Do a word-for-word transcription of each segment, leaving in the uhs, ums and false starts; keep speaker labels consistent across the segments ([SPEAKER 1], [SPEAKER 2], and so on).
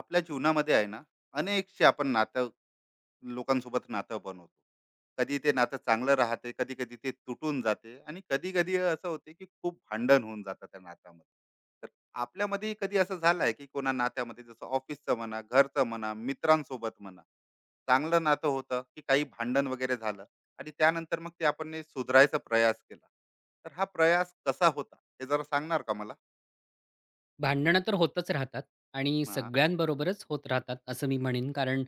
[SPEAKER 1] आपल्या जीवनामध्ये आहे ना अनेकशे आपण नातं लोकांसोबत नातं बनवतो. कधी ते नातं चांगलं राहते, कधी कधी ते तुटून जाते आणि कधी कधी असं होते की खूप भांडण होऊन जातं त्या नात्यामध्ये. तर आपल्यामध्ये कधी असं झालं आहे की कोणा नात्यामध्ये, जसं ऑफिसचं म्हणा, घरचं म्हणा, मित्रांसोबत म्हणा, चांगलं नातं होतं की काही भांडण वगैरे झालं, आणि त्यानंतर मग ते आपण ने सुधारायचा प्रयास केला? तर हा प्रयास कसा होता, हे जरा सांगणार का मला?
[SPEAKER 2] भांडणं तर होतच राहतात आणि
[SPEAKER 1] हा.
[SPEAKER 2] सगळ्यांबरोबरच होत राहतात असं मी म्हणेन. कारण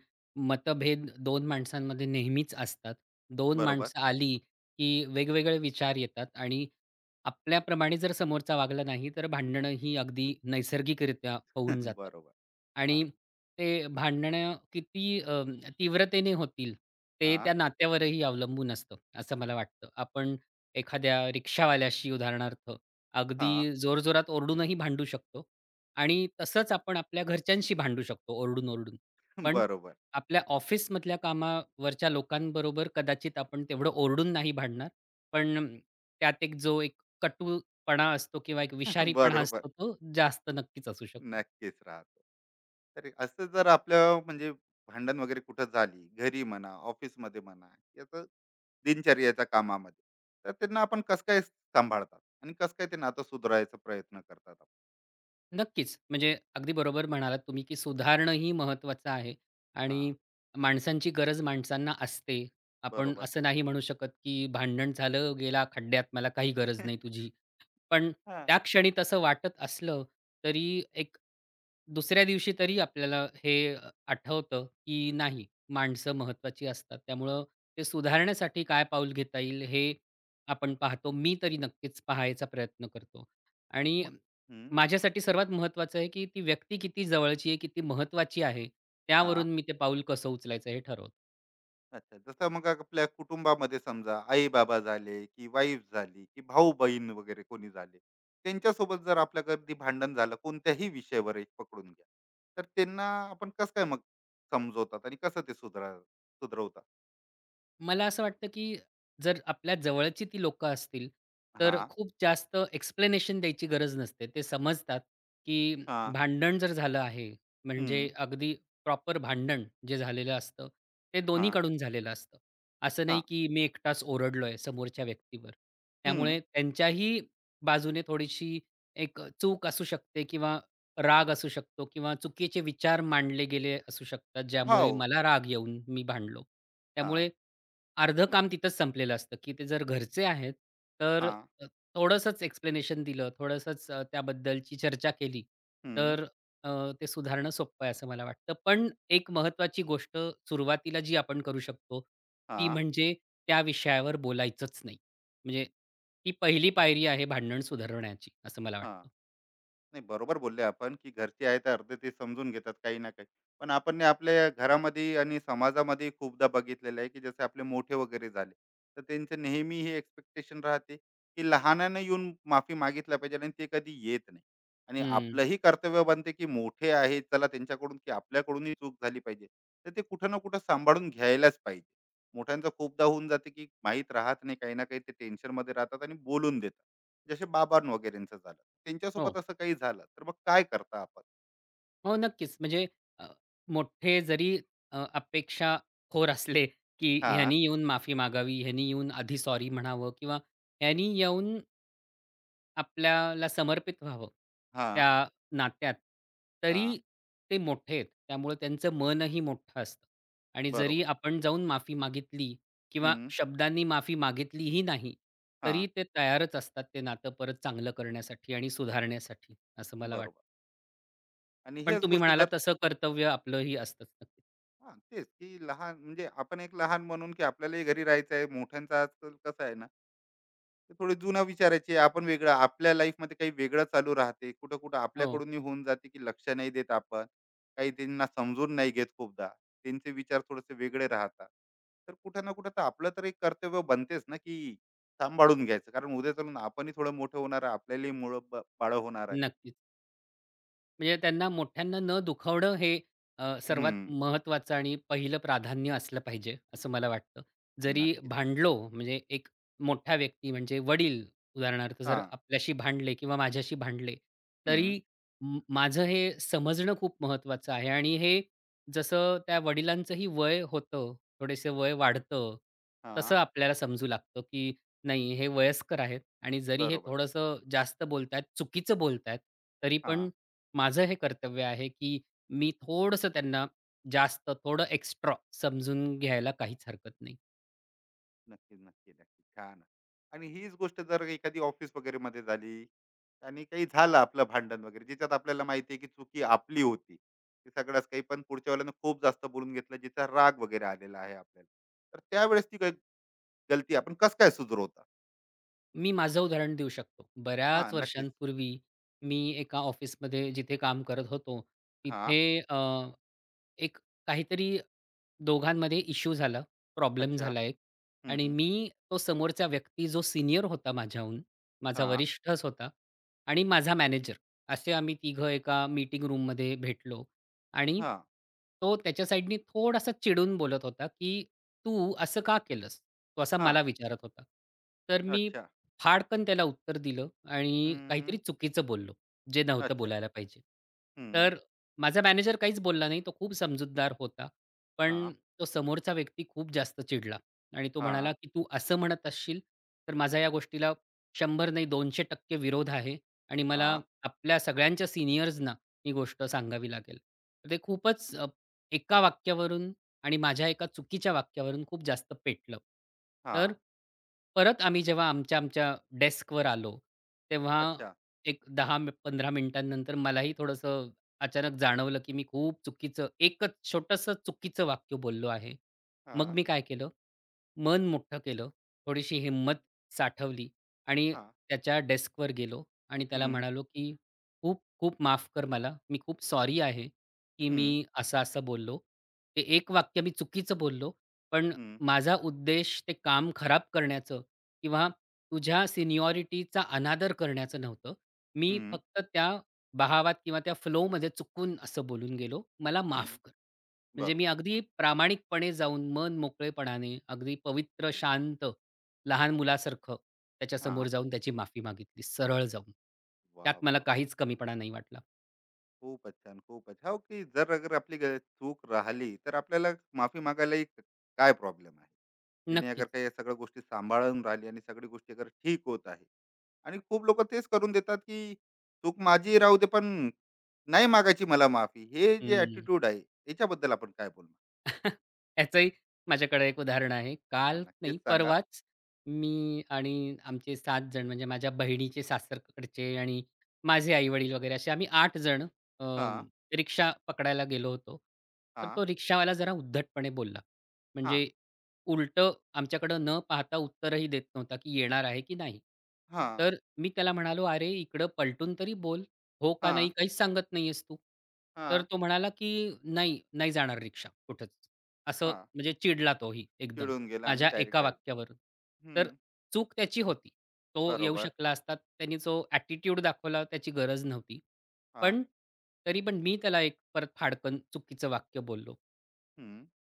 [SPEAKER 2] मतभेद दोन माणसांमध्ये नेहमीच असतात. दोन
[SPEAKER 1] बरोबर.
[SPEAKER 2] माणसं आली, की वेगवेगळे विचार येतात आणि आपल्याप्रमाणे जर समोरचा वागला नाही, तर भांडणं ही अगदी नैसर्गिकरित्या होऊन जातात.
[SPEAKER 1] बरोबर. हा.
[SPEAKER 2] आणि ते भांडणं किती अ, तीव्रतेने होतील, ते
[SPEAKER 1] हा.
[SPEAKER 2] त्या नात्यावरही अवलंबून असतं, असं मला वाटतं. आपण एखाद्या रिक्षावाल्याशी उदाहरणार्थ अगदी
[SPEAKER 1] हा.
[SPEAKER 2] जोरजोरात ओरडूनही भांडू शकतो आणि तसंच आपण आपल्या घरच्यांशी भांडू शकतो ओरडून-ओरडून. पण
[SPEAKER 1] बरोबर.
[SPEAKER 2] आपल्या ऑफिसमधल्या कामावरच्या लोकांबरोबर कदाचित आपण तेवढं ओरडून नाही भांडणार. पण त्यात एक जो एक कटूपणा असतो किंवा एक विषारीपणा
[SPEAKER 1] बरोबर.
[SPEAKER 2] असतो तो जास्त नक्कीच असू शकतो.
[SPEAKER 1] नक्कीच राहतो. तर असं जर आपलं, म्हणजे भांडण वगैरे कुठं झाली, घरी म्हणा, ऑफिसमध्ये म्हणा, याचं दिनचर्येच्या कामामध्ये, तर त्यांना आपण कसं काय सांभाळतात आणि कसं काय ते नातं सुधारायचा प्रयत्न करतात आपण?
[SPEAKER 2] नक्कीच. म्हणजे अगदी बरोबर म्हणालात तुम्ही, की सुधारणं ही महत्त्वाचं आहे आणि
[SPEAKER 1] हां.
[SPEAKER 2] माणसांची गरज माणसांना असते. आपण
[SPEAKER 1] बरोबर.
[SPEAKER 2] असं नाही म्हणू शकत, की भांडण झालं, गेला खड्ड्यात, मला काही गरज नाही तुझी. पण
[SPEAKER 1] हां.
[SPEAKER 2] त्या क्षणी तसं वाटत असलं तरी एक दुसऱ्या दिवशी तरी आपल्याला हे अ, आठवतं, की नाही माणसं महत्त्वाची असतात. त्यामुळं ते सुधारण्यासाठी काय पाऊल घेता येईल हे आपण पाहतो. मी तरी नक्कीच पाहायचा प्रयत्न करतो. आणि
[SPEAKER 1] मग हं.
[SPEAKER 2] माझ्यासाठी सर्वात महत्त्वाचं आहे, की ती व्यक्ती किती जवळची आहे, किती महत्त्वाची आहे,
[SPEAKER 1] हां.
[SPEAKER 2] त्यावरून मी ते पाऊल कसं उचलायचं हे ठरवतो.
[SPEAKER 1] अच्छा. जसं मग आपल्या कुटुंबामध्ये समजा आई-बाबा झाले, की वाईफ झाली, की भाऊ-बहीण वगैरे कोणी झाले. त्यांच्यासोबत जर आपलं कधी भांडण झालं कोणत्याही विषयावर एक पकडून घ्या. तर त्यांना आपण कसं काय मग समजवतात आणि कसं ते सुधरा सुधरवतात?
[SPEAKER 2] मला असं वाटतं, की जर आपल्या जवळची ती लोकं असतील, तर
[SPEAKER 1] हां.
[SPEAKER 2] खूप जास्त एक्सप्लेनेशन द्यायची गरज नसते. ते समजतात, की
[SPEAKER 1] हां.
[SPEAKER 2] भांडण जर झालं आहे, म्हणजे
[SPEAKER 1] हं.
[SPEAKER 2] अगदी प्रॉपर भांडण जे झालेलं असतं, ते
[SPEAKER 1] हां.
[SPEAKER 2] दोन्हीकडून झालेलं असतं. असं नाही,
[SPEAKER 1] हां.
[SPEAKER 2] की मी एकटाच ओरडलोय समोरच्या व्यक्तीवर.
[SPEAKER 1] हं.
[SPEAKER 2] त्यामुळे त्यांच्याही बाजूने थोडीशी एक चूक असू शकते किंवा राग असू शकतो किंवा चुकीचे विचार मांडले गेले असू शकतात,
[SPEAKER 1] हो.
[SPEAKER 2] ज्यामुळे मला राग येऊन मी भांडलो.
[SPEAKER 1] हां.
[SPEAKER 2] त्यामुळे अर्धं काम तिथंच संपलेलं असतं, की ते जर घरचे आहेत, तर
[SPEAKER 1] हां.
[SPEAKER 2] अ, थोडंसंच एक्सप्लेनेशन दिलं, थोडंसंच अ, त्याबद्दलची चर्चा केली,
[SPEAKER 1] हं.
[SPEAKER 2] तर अ, ते सुधारणं सोपं आहे असं मला वाटतं. पण एक महत्त्वाची गोष्ट सुरुवातीला जी आपण करू शकतो, ती
[SPEAKER 1] हां.
[SPEAKER 2] म्हणजे त्या विषयावर बोलायचंच नाही. म्हणजे ही पहिली पायरी आहे भांडण सुधारण्याची असं मला
[SPEAKER 1] हां.
[SPEAKER 2] वाटतं.
[SPEAKER 1] नाही, बरोबर बोलले आपण, की घरचे आहे तर अर्धे ते समजून घेतात काही ना काही. पण आपण ने आपल्या घरामध्ये आणि समाजामध्ये खूपदा बघितलेलं आहे, की जसे आपले मोठे वगैरे झाले, तर त्यांचं नेहमी हे एक्सपेक्टेशन राहते, की लहानानं येऊन माफी मागितली पाहिजे, आणि ते कधी येत नाही. आणि
[SPEAKER 2] हं.
[SPEAKER 1] आपलंही कर्तव्य बनते, की मोठे आहेत, चला त्यांच्याकडून, की आपल्याकडूनही चूक झाली पाहिजे. तर ते कुठं ना कुठं सांभाळून घ्यायलाच पाहिजे. मोठ्यांचं खूपदा होऊन जाते, की माहीत राहत नाही, काही ना काही ते टेन्शनमध्ये राहतात आणि बोलून देतात. जसे बाबां वगैरेंचं झालं. त्यांच्यासोबत
[SPEAKER 2] हो.
[SPEAKER 1] असं काही झालं तर मग काय करता आपण?
[SPEAKER 2] हो, नक्कीच. म्हणजे अ, मोठे जरी अ, अपेक्षाखोर असले, की
[SPEAKER 1] हा.
[SPEAKER 2] ह्यानी येऊन माफी मागावी, ह्यानी येऊन आधी सॉरी म्हणावं किंवा ह्यानी येऊन आपल्याला समर्पित व्हावं
[SPEAKER 1] हा.
[SPEAKER 2] त्या नात्यात,
[SPEAKER 1] हा.
[SPEAKER 2] तरी ते मोठे आहेत. त्यामुळे त्यांचं मनही मोठं असतं आणि
[SPEAKER 1] बरोबर.
[SPEAKER 2] जरी आपण जाऊन माफी मागितली किंवा
[SPEAKER 1] हम्म.
[SPEAKER 2] शब्दांनी माफी मागितलीही नाही,
[SPEAKER 1] हा.
[SPEAKER 2] तरी ते तयारच असतात ते नातं परत चांगलं करण्यासाठी आणि सुधारण्यासाठी, असं मला वाटतं.
[SPEAKER 1] बरोबर. आणि
[SPEAKER 2] पण
[SPEAKER 1] हेच
[SPEAKER 2] तुम्ही
[SPEAKER 1] गोष्ट
[SPEAKER 2] म्हणालात
[SPEAKER 1] जर…
[SPEAKER 2] तसं कर्तव्य आपलंही असतंच. नक्कीच.
[SPEAKER 1] हा, तेच की लहान, म्हणजे आपण एक लहान म्हणून, की आपल्यालाही घरी राहायचं आहे, मोठ्यांचा आजकाल कसं आहे ना, ते थोडे जुनं विचारायचे, आपण वेगळं, आपल्या लाईफमध्ये काही वेगळं चालू राहते, कुठं कुठं
[SPEAKER 2] हो,
[SPEAKER 1] आपल्याकडून होऊन जाते की लक्ष नाही देत आपण, काही त्यांना समजून नाही घेत खूपदा, त्यांचे विचार थोडेसे वेगळे राहतात. तर कुठं ना कुठं तर आपलं तर एक कर्तव्य बनतेच ना, की सांभाळून घ्यायचं, कारण उद्या चालून आपणही थोडं मोठं होणार आहे, आपल्यालाही मुळ बाळ होणार आहे.
[SPEAKER 2] नक्कीच. म्हणजे त्यांना मोठ्यांना न दुखावणं हे अ, सर्वात
[SPEAKER 1] हम्म.
[SPEAKER 2] महत्त्वाचं आणि पहिलं प्राधान्य असलं पाहिजे, असं मला वाटतं. जरी
[SPEAKER 1] नक्कीच.
[SPEAKER 2] भांडलो म्हणजे एक मोठा व्यक्ती म्हणजे वडील उदाहरणार्थ
[SPEAKER 1] हा.
[SPEAKER 2] जर आपल्याशी भांडले किंवा माझ्याशी भांडले,
[SPEAKER 1] हम्म.
[SPEAKER 2] तरी म माझं हे समजणं खूप महत्त्वाचं आहे आणि हे जसं त्या वडिलांचंही वय होतं, थोडेसे वय वाढतं,
[SPEAKER 1] हा.
[SPEAKER 2] तसं आपल्याला समजू लागतं, की नाही हे वयस्कर आहेत आणि जरी हे
[SPEAKER 1] बरोबर.
[SPEAKER 2] थोडंसं जास्त बोलतायत, चुकीचं बोलतायत, तरी
[SPEAKER 1] हा.
[SPEAKER 2] पण माझं हे कर्तव्य आहे, की मी थोडंसं त्यांना जास्त, थोडं एक्स्ट्रा समजून घ्यायला काहीच हरकत नाही.
[SPEAKER 1] नक्की, नक्की, नक्की. छान. आणि हीच गोष्ट जर एखादी ऑफिस वगैरेमध्ये झाली आणि काही झालं आपलं भांडण वगैरे, ज्याच्यात आपल्याला माहिती आहे की चुकी आपली होती. ते सगळंच काही, पण पुढच्या वेळेला खूप जास्त बोलून घेतलं, जिचा राग वगैरे आलेला आहे आपल्याला. तर त्यावेळेस ती काही गलती आपण कसं काय सुधारवता?
[SPEAKER 2] मी माझं उदाहरण देऊ शकतो.
[SPEAKER 1] हां,
[SPEAKER 2] बऱ्याच
[SPEAKER 1] नक्कीच.
[SPEAKER 2] वर्षांपूर्वी मी एका ऑफिसमध्ये जिथे काम करत होतो,
[SPEAKER 1] हां.
[SPEAKER 2] तिथे अ, एक काहीतरी दोघांमध्ये इश्यू झाला, प्रॉब्लेम
[SPEAKER 1] अच्छा.
[SPEAKER 2] झाला एक
[SPEAKER 1] हं,
[SPEAKER 2] आणि
[SPEAKER 1] हं.
[SPEAKER 2] मी तो समोरचा व्यक्ती जो सिनियर होता माझ्याहून, माझा
[SPEAKER 1] हां.
[SPEAKER 2] वरिष्ठच होता आणि माझा मॅनेजर असे आम्ही तिघं एका मीटिंग रूममध्ये भेटलो आणि
[SPEAKER 1] हां.
[SPEAKER 2] तो त्याच्या साईडनी थोडासा चिडून बोलत होता, की "तू असं का केलंस?" तो असा मला
[SPEAKER 1] हां.
[SPEAKER 2] विचारत होता. तर मी
[SPEAKER 1] अच्छा.
[SPEAKER 2] फाडकन त्याला उत्तर दिलं आणि काहीतरी
[SPEAKER 1] हं.
[SPEAKER 2] चुकीचं बोललो, जे नव्हतं
[SPEAKER 1] अच्छा.
[SPEAKER 2] बोलायला पाहिजे.
[SPEAKER 1] हं.
[SPEAKER 2] तर माझा मॅनेजर काहीच बोलला नाही. तो खूप समजूतदार होता.
[SPEAKER 1] हां.
[SPEAKER 2] पण तो समोरचा व्यक्ती खूप जास्त चिडला आणि तो
[SPEAKER 1] हां.
[SPEAKER 2] म्हणाला, की "तू असं म्हणत असशील, तर माझा या गोष्टीला शंभर नाही दोनशे टक्के विरोध आहे आणि मला
[SPEAKER 1] हां.
[SPEAKER 2] आपल्या सगळ्यांच्या सीनियर्सना ही गोष्ट सांगावी लागेल." तर ते खूपच अ, एका वाक्यावरून आणि माझ्या एका चुकीच्या वाक्यावरून खूप जास्त पेटलं. तर
[SPEAKER 1] हां.
[SPEAKER 2] परत आम्ही जेव्हा आमच्या, आमच्या डेस्कवर आलो, तेव्हा
[SPEAKER 1] अच्छा.
[SPEAKER 2] एक दहा पंधरा मिनिटांनंतर मलाही थोडंसं अचानक जाणवलं, की मी खूप चुकीचं एकच छोटंसं चुकीचं वाक्य बोललो आहे. मग
[SPEAKER 1] हां.
[SPEAKER 2] मी काय केलं, मन मोठं केलं, थोडीशी हिंमत साठवली आणि
[SPEAKER 1] हां.
[SPEAKER 2] त्याच्या डेस्कवर गेलो आणि त्याला
[SPEAKER 1] हं.
[SPEAKER 2] म्हणालो, की "खूप खूप माफ कर मला. मी खूप सॉरी आहे, की
[SPEAKER 1] हं.
[SPEAKER 2] मी असं-असं बोललो. ते एक वाक्य मी चुकीचं बोललो, पण
[SPEAKER 1] हं.
[SPEAKER 2] माझा उद्देश ते काम खराब करण्याचं किंवा तुझ्या सीनियॉरिटीचा अनादर करण्याचं नव्हतं. मी
[SPEAKER 1] हं.
[SPEAKER 2] फक्त त्या बाहावात किंवा त्या फ्लोमध्ये चुकून असं बोलून गेलो, मला
[SPEAKER 1] हं.
[SPEAKER 2] माफ कर. म्हणजे मी
[SPEAKER 1] बरोबर.
[SPEAKER 2] अगदी प्रामाणिकपणे जाऊन मन मोकळेपणाने, अगदी पवित्र, शांत, लहान मुलासारखं त्याच्यासमोर
[SPEAKER 1] हां.
[SPEAKER 2] जाऊन त्याची माफी मागितली, सरळ जाऊन.
[SPEAKER 1] वा
[SPEAKER 2] त्यात
[SPEAKER 1] वाह!
[SPEAKER 2] मला
[SPEAKER 1] वाह!
[SPEAKER 2] काहीच कमीपणा नाही वाटला.
[SPEAKER 1] खूपच छान, खूपच. हो, की जर अगर आपली ग चूक राहिली, तर आपल्याला माफी मागायलाही क- काय प्रॉब्लेम आहे? जेणे अगर
[SPEAKER 2] नक्कीच.
[SPEAKER 1] काही या सगळ्या गोष्टी सांभाळून राहिली आणि सगळी गोष्टी अगर ठीक होत आहे. आणि खूप लोकं तेच करून देतात, की चूक माझी राहू दे, पण नाही मागायची मला माफी. हे जे
[SPEAKER 2] हं.
[SPEAKER 1] ॲटिट्यूड आहे, याच्याबद्दल आपण काय बोलणार?
[SPEAKER 2] याचंही माझ्याकडे एक उदाहरण आहे.
[SPEAKER 1] हां,
[SPEAKER 2] काल
[SPEAKER 1] नक्कीच
[SPEAKER 2] नाही
[SPEAKER 1] सांगा.
[SPEAKER 2] परवाच मी आणि आमचे सात जण म्हणजे माझ्या बहिणीचे सासरकडचे आणि माझे आई-वडील वगैरे असे आम्ही आठ जण अ,
[SPEAKER 1] हां.
[SPEAKER 2] रिक्षा पकडायला गेलो होतो. तर
[SPEAKER 1] हां.
[SPEAKER 2] तो रिक्षावाला जरा उद्धटपणे बोलला.
[SPEAKER 1] हां.
[SPEAKER 2] म्हणजे उलटं आमच्याकडं न पाहता उत्तरही देत नव्हता, की येणार आहे की नाही?
[SPEAKER 1] हां.
[SPEAKER 2] तर मी त्याला म्हणालो, "अरे, इकडं पलटून तरी बोल." हो का नाही
[SPEAKER 1] हां.
[SPEAKER 2] काहीच सांगत नाहीयेस तू. तर
[SPEAKER 1] हां.
[SPEAKER 2] तो म्हणाला, की "नाही, नाही जाणार रिक्षा कुठंच." असं
[SPEAKER 1] हां.
[SPEAKER 2] म्हणजे चिडला तोही एकदम
[SPEAKER 1] चिडून गेला आणि
[SPEAKER 2] माझ्या
[SPEAKER 1] डायरेक्ट,
[SPEAKER 2] एका
[SPEAKER 1] डायरेक्ट.
[SPEAKER 2] वाक्यावरून.
[SPEAKER 1] हं.
[SPEAKER 2] तर चूक त्याची होती. तो येऊ
[SPEAKER 1] बरोबर.
[SPEAKER 2] शकला असता. त्यानी जो ॲटिट्यूड दाखवला त्याची गरज नव्हती.
[SPEAKER 1] हां.
[SPEAKER 2] पण तरी पण मी त्याला एक परत फाडकन चुकीचं वाक्य बोललो.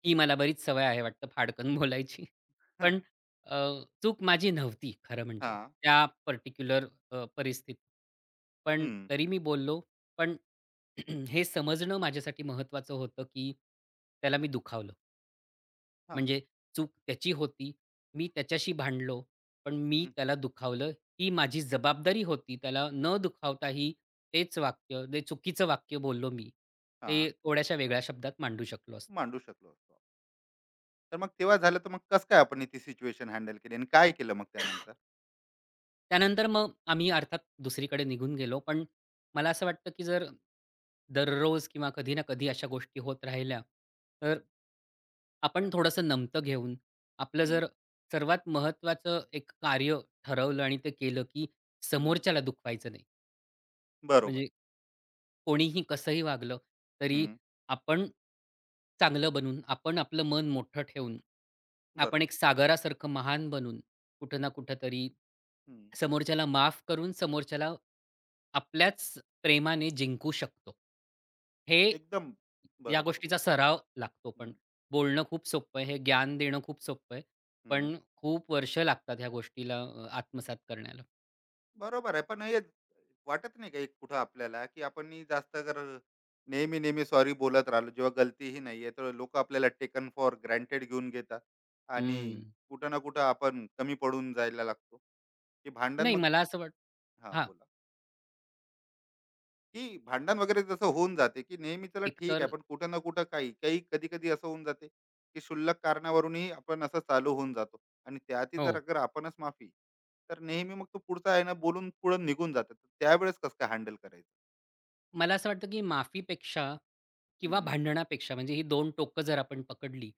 [SPEAKER 2] ही मला बरीच सवय आहे वाटतं फाडकन बोलायची. पण अ, चूक माझी नव्हती खरं म्हणजे
[SPEAKER 1] हां.
[SPEAKER 2] त्या पर्टिक्युलर अ, परिस्थितीत. पण
[SPEAKER 1] हं.
[SPEAKER 2] तरी मी बोललो. पण हे समजणं माझ्यासाठी महत्त्वाचं होतं, की त्याला मी दुखावलं.
[SPEAKER 1] हां.
[SPEAKER 2] म्हणजे चूक त्याची होती. मी त्याच्याशी भांडलो, पण मी
[SPEAKER 1] हं.
[SPEAKER 2] त्याला दुखावलं. ही माझी जबाबदारी होती. त्याला न दुखावताही तेच वाक्य, ते चुकीचं वाक्य बोललो मी.
[SPEAKER 1] हां.
[SPEAKER 2] ते थोड्याशा वेगळ्या शब्दात मांडू शकलो असतो.
[SPEAKER 1] मांडू शकलो असतो. तर मग तेव्हा झालं, तर मग कसं काय आपण ती सिच्युएशन हँडल केली आणि काय केलं मग त्यानंतर?
[SPEAKER 2] त्यानंतर मग आम्ही अर्थात दुसरीकडे निघून गेलो. पण मला असं वाटतं, की जर दररोज किंवा कधी ना कधी अशा गोष्टी होत राहिल्या, तर आपण थोडंसं नमतं घेऊन आपलं
[SPEAKER 1] हं.
[SPEAKER 2] जर सर्वात महत्त्वाचं एक कार्य ठरवलं आणि ते केलं, की
[SPEAKER 1] हं.
[SPEAKER 2] समोरच्याला दुखवायचं नाही.
[SPEAKER 1] बरोबर.
[SPEAKER 2] म्हणजे कोणीही कसंही वागलं तरी
[SPEAKER 1] हं.
[SPEAKER 2] आपण चांगलं बनून, आपण आपलं मन मोठं ठेवून, आपण
[SPEAKER 1] बरोबर.
[SPEAKER 2] एक सागरासारखं महान बनून कुठं ना कुठं तरी
[SPEAKER 1] हं.
[SPEAKER 2] समोरच्याला माफ करून समोरच्याला आपल्याच प्रेमाने जिंकू शकतो. हे
[SPEAKER 1] एकदम
[SPEAKER 2] या
[SPEAKER 1] बरोबर बोल.
[SPEAKER 2] गोष्टीचा सराव लागतो पण.
[SPEAKER 1] हं.
[SPEAKER 2] बोलणं खूप सोपं आहे, हे ज्ञान देणं खूप सोपं आहे.
[SPEAKER 1] हं.
[SPEAKER 2] पण खूप वर्ष लागतात ह्या गोष्टीला अ, आत्मसात करण्याला.
[SPEAKER 1] बरोबर आहे. पण हे वाटत नाही का एक कुठं आपल्याला, की आपण ही जास्त जर नेहमी, नेहमी सॉरी बोलत राहिलो जेव्हा गलतीही नाहीये, तर लोकं आपल्याला टेकन फॉर ग्रँटेड घेऊन घेतात, आणि
[SPEAKER 2] हं.
[SPEAKER 1] कुठं ना कुठं आपण कमी पडून जायला लागतो. ते भांडण
[SPEAKER 2] नाही
[SPEAKER 1] मग…
[SPEAKER 2] मला असं वाट
[SPEAKER 1] हां,
[SPEAKER 2] हां,
[SPEAKER 1] बोला. की भांडण वगैरे जसं होऊन जाते, की नेहमी चला ठीक आहे,
[SPEAKER 2] एकतर
[SPEAKER 1] पण कुठं ना कुठं काही काही कधी कधी असं होऊन जाते की क्षुल्लक कारणावरूनही आपण असं चालू होऊन जातो. आणि त्यातही जर
[SPEAKER 2] हो.
[SPEAKER 1] अगर आपणच माफी… तर नेहमी मग तो पुढचा आहे ना बोलून पुढं निघून जाते, तर त्यावेळेस कसं काय हँडल करायचं?
[SPEAKER 2] मला असं वाटतं, की माफीपेक्षा किंवा
[SPEAKER 1] हम्म.
[SPEAKER 2] भांडणापेक्षा म्हणजे ही दोन टोकं जर आपण पकडली,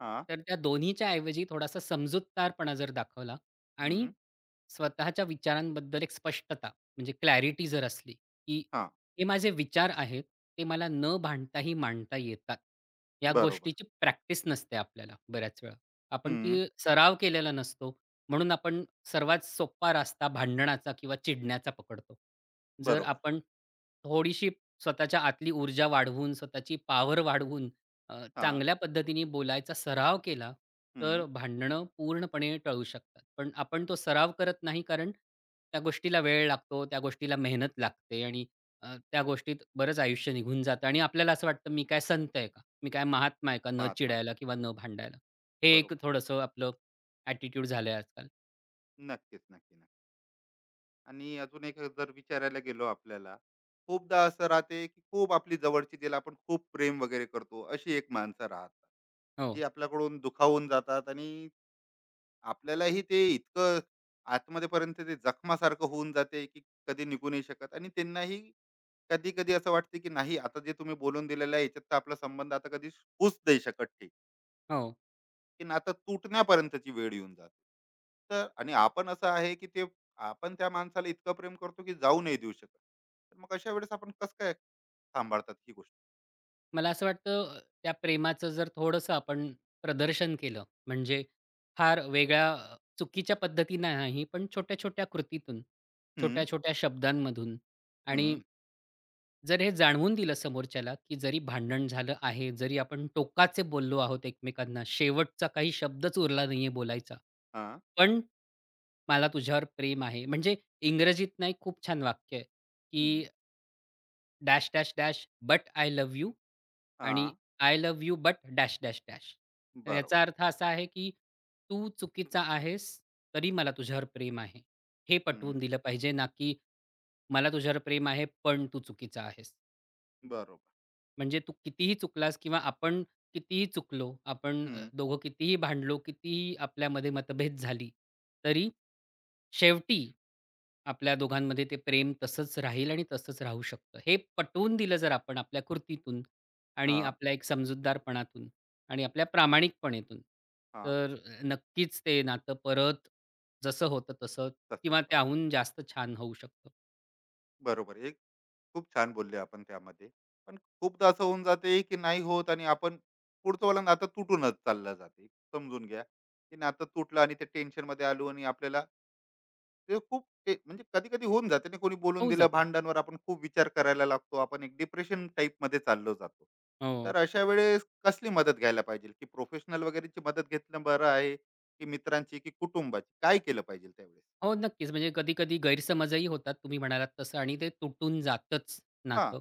[SPEAKER 1] हा.
[SPEAKER 2] तर त्या दोन्हीच्या ऐवजी थोडासा समजूतदारपणा जर दाखवला आणि
[SPEAKER 1] हम्म.
[SPEAKER 2] स्वतःच्या विचारांबद्दल एक स्पष्टता म्हणजे क्लॅरिटी जर असली, की
[SPEAKER 1] हा.
[SPEAKER 2] हे माझे विचार आहेत, ते मला न भांडताही मांडता येतात. या
[SPEAKER 1] बरोबर.
[SPEAKER 2] गोष्टीची प्रॅक्टिस नसते आपल्याला बऱ्याच वेळा. आपण
[SPEAKER 1] हम्म.
[SPEAKER 2] ती सराव केलेला नसतो. म्हणून आपण सर्वात सोपा रस्ता भांडणाचा किंवा चिडण्याचा पकडतो. जर
[SPEAKER 1] बरोबर.
[SPEAKER 2] आपण थोडीशी स्वतःच्या आतली ऊर्जा वाढवून, स्वतःची पावर वाढवून अ,
[SPEAKER 1] हा.
[SPEAKER 2] चांगल्या पद्धतीने बोलायचा सराव केला,
[SPEAKER 1] हम्म.
[SPEAKER 2] तर भांडणं पूर्णपणे टळू शकतात. पण आपण तो सराव करत नाही कारण त्या गोष्टीला वेळ लागतो, त्या गोष्टीला मेहनत लागते आणि अ, त्या गोष्टीत बरंच आयुष्य निघून जातं आणि आपल्याला असं वाटतं, "मी काय संत आहे का? मी काय महात्मा आहे का न
[SPEAKER 1] महात्मा आहे.
[SPEAKER 2] चिडायला किंवा न भांडायला?" हे एक
[SPEAKER 1] बरोबर.
[SPEAKER 2] थोडंसं आपलं ॲटिट्यूड झालंय आजकाल.
[SPEAKER 1] नक्कीच, नक्की, नक्की. आणि अजून एक जर विचारायला गेलो आपल्याला, खूपदा असं राहते की खूप आपली जवळची, ज्याला आपण खूप प्रेम वगैरे करतो, अशी एक माणसं राहतात जी
[SPEAKER 2] हो,
[SPEAKER 1] आपल्याकडून दुखावून जातात, आणि आपल्यालाही ते इतकं आतमध्ये पर्यंत ते जखमासारखं होऊन जाते की कधी निघू नाही शकत. आणि त्यांनाही कधी कधी असं वाटते की नाही, आता जे तुम्ही बोलून दिलेलं आहे याच्यात तर आपला संबंध आता कधी होऊच नाही शकत ठीक,
[SPEAKER 2] हो.
[SPEAKER 1] की नातं तुटण्यापर्यंतची वेळ येऊन जाते. तर आणि आपण असं आहे की ते, आपण त्या माणसाला इतकं प्रेम करतो की जाऊ नाही देऊ शकत. तर मग अशा वेळेस आपण कसं काय सांभाळतात ही गोष्ट?
[SPEAKER 2] मला असं वाटतं अ, त्या प्रेमाचं जर थोडंसं आपण प्रदर्शन केलं, म्हणजे फार वेगळ्या अ, चुकीच्या पद्धतीने नाही, पण छोट्या-छोट्या कृतीतून,
[SPEAKER 1] हम्म.
[SPEAKER 2] छोट्या-छोट्या शब्दांमधून आणि
[SPEAKER 1] हम्म.
[SPEAKER 2] जर हे जाणवून दिलं समोरच्याला, की जरी भांडण झालं आहे, जरी आपण टोकाचे बोललो आहोत एकमेकांना, शेवटचा काही शब्दच उरला नाहीये बोलायचा,
[SPEAKER 1] हा.
[SPEAKER 2] पण मला तुझ्यावर प्रेम आहे. म्हणजे इंग्रजीत ना खूप छान वाक्य आहे,
[SPEAKER 1] हम्म.
[SPEAKER 2] Dash, dash, dash, but I love you
[SPEAKER 1] हा.
[SPEAKER 2] आणि I love you but dash, dash, dash. तर
[SPEAKER 1] बरोबर.
[SPEAKER 2] याचा अर्थ असा आहे, की तू चुकीचा आहेस, तरी मला तुझ्यावर प्रेम आहे. हे
[SPEAKER 1] हम्म.
[SPEAKER 2] पटवून दिलं पाहिजे, ना की मला तुझ्यावर प्रेम आहे, पण तू चुकीचा आहेस.
[SPEAKER 1] बरोबर.
[SPEAKER 2] म्हणजे तू कितीही चुकलास किंवा आपण कितीही चुकलो, आपण अ,
[SPEAKER 1] हम्म.
[SPEAKER 2] दोघं कितीही भांडलो, कितीही आपल्यामध्ये मतभेद झाली, तरी शेवटी आपल्या दोघांमध्ये ते प्रेम तसंच राहील आणि तसंच राहू शकतं. हे पटवून दिलं जर आपण आपल्या कृतीतून आणि
[SPEAKER 1] हा.
[SPEAKER 2] आपल्या एक समजूतदारपणातून आणि आपल्या प्रामाणिकपणेतून,
[SPEAKER 1] हा.
[SPEAKER 2] तर नक्कीच ते नातं परत जसं होतं तसं
[SPEAKER 1] तसंच
[SPEAKER 2] किंवा
[SPEAKER 1] राहा.
[SPEAKER 2] त्याहून जास्त छान होऊ शकतं.
[SPEAKER 1] बरोबर. एक खूप छान बोलले आपण त्यामध्ये. पण खूपदा असं होऊन जाते की नाही होत, आणि आपण पुढचं वाला नातं तुटूनच चाललं जाते. समजून घ्या की नातं तुटलं आणि ते टेन्शन मध्ये आलो, आणि आपल्याला ते खूप, ते म्हणजे कधी कधी होऊन जाते ना, कोणी बोलून
[SPEAKER 2] होऊ
[SPEAKER 1] दिलं
[SPEAKER 2] जातं.
[SPEAKER 1] भांडणवर आपण खूप विचार करायला लागतो, आपण एक डिप्रेशन टाईप मध्ये चाललो जातो.
[SPEAKER 2] हो.
[SPEAKER 1] तर अशा वेळेस कसली मदत घ्यायला पाहिजे, की प्रोफेशनल वगैरेची मदत घेतलं बरं आहे, की मित्रांची, की कुटुंबाची, काय केलं पाहिजे त्यावेळेस?
[SPEAKER 2] हो, नक्कीच. म्हणजे कधी-कधी गैरसमजही होतात तुम्ही म्हणालात तसं आणि ते तुटून जातंच
[SPEAKER 1] हा.
[SPEAKER 2] नातं.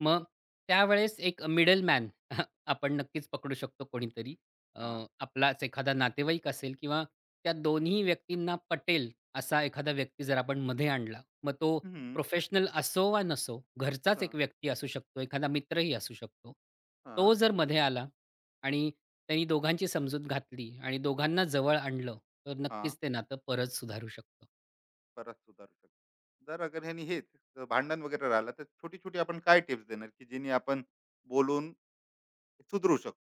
[SPEAKER 2] मग त्यावेळेस एक मिडलमॅन आपण नक्कीच पकडू शकतो कोणीतरी. अ,
[SPEAKER 1] हा.
[SPEAKER 2] आपलाच एखादा नातेवाईक असेल किंवा त्या दोन्ही व्यक्तींना पटेल असा एखादा व्यक्ती जर आपण मध्ये आणला, मग तो
[SPEAKER 1] हम्म.
[SPEAKER 2] प्रोफेशनल असो वा नसो, घरचाच
[SPEAKER 1] हा.
[SPEAKER 2] एक व्यक्ती असू शकतो, एखादा मित्रही असू शकतो.
[SPEAKER 1] हा.
[SPEAKER 2] तो जर मध्ये आला आणि त्यांनी दोघांची समजूत घातली आणि दोघांना जवळ आणलं, तर
[SPEAKER 1] हा.
[SPEAKER 2] नक्कीच ते नातं परत सुधारू शकतो.
[SPEAKER 1] परत सुधारू शकतो. जर अगर ह्यानी हेच अ, भांडण वगैरे राहिलं, तर छोटी छोटी आपण काय टिप्स देणार की जेणे आपण बोलून सुधरू शकतो?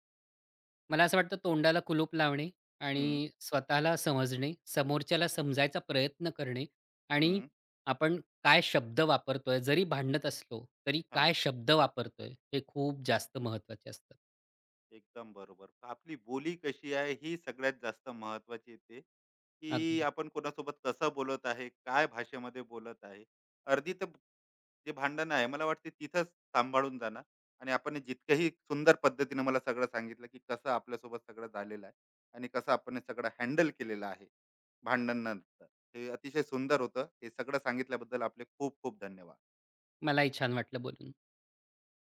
[SPEAKER 2] मला असं वाटतं तोंडाला कुलूप लावणे
[SPEAKER 1] हम्म.
[SPEAKER 2] आणि स्वतःला समजणे, समोरच्याला समजायचा प्रयत्न करणे आणि
[SPEAKER 1] हम्म.
[SPEAKER 2] आपण काय शब्द वापरतोय, जरी भांडत असलो, तरी
[SPEAKER 1] हा.
[SPEAKER 2] काय शब्द वापरतोय हे खूप जास्त महत्त्वाचे असतात.
[SPEAKER 1] एकदम बरोबर. आपली बोली कशी आहे ही सगळ्यात जास्त महत्त्वाची येते, की
[SPEAKER 2] अगदी.
[SPEAKER 1] आपण कोणासोबत कसं बोलत आहे, काय भाषेमध्ये बोलत आहे. अर्धी तर जे भांडणं आहे मला वाटते तिथंच सांभाळून जाणार. आणि आपण जितकंही सुंदर पद्धतीनं मला सगळं सांगितलं, की कसं आपल्यासोबत सगळं झालेलं आहे आणि कसं आपण हे सगळं हँडल केलेलं आहे भांडणानंतर, हे अतिशय सुंदर होतं. हे सगळं सांगितल्याबद्दल आपले खूप खूप धन्यवाद.
[SPEAKER 2] मलाही छान वाटलं बोलून.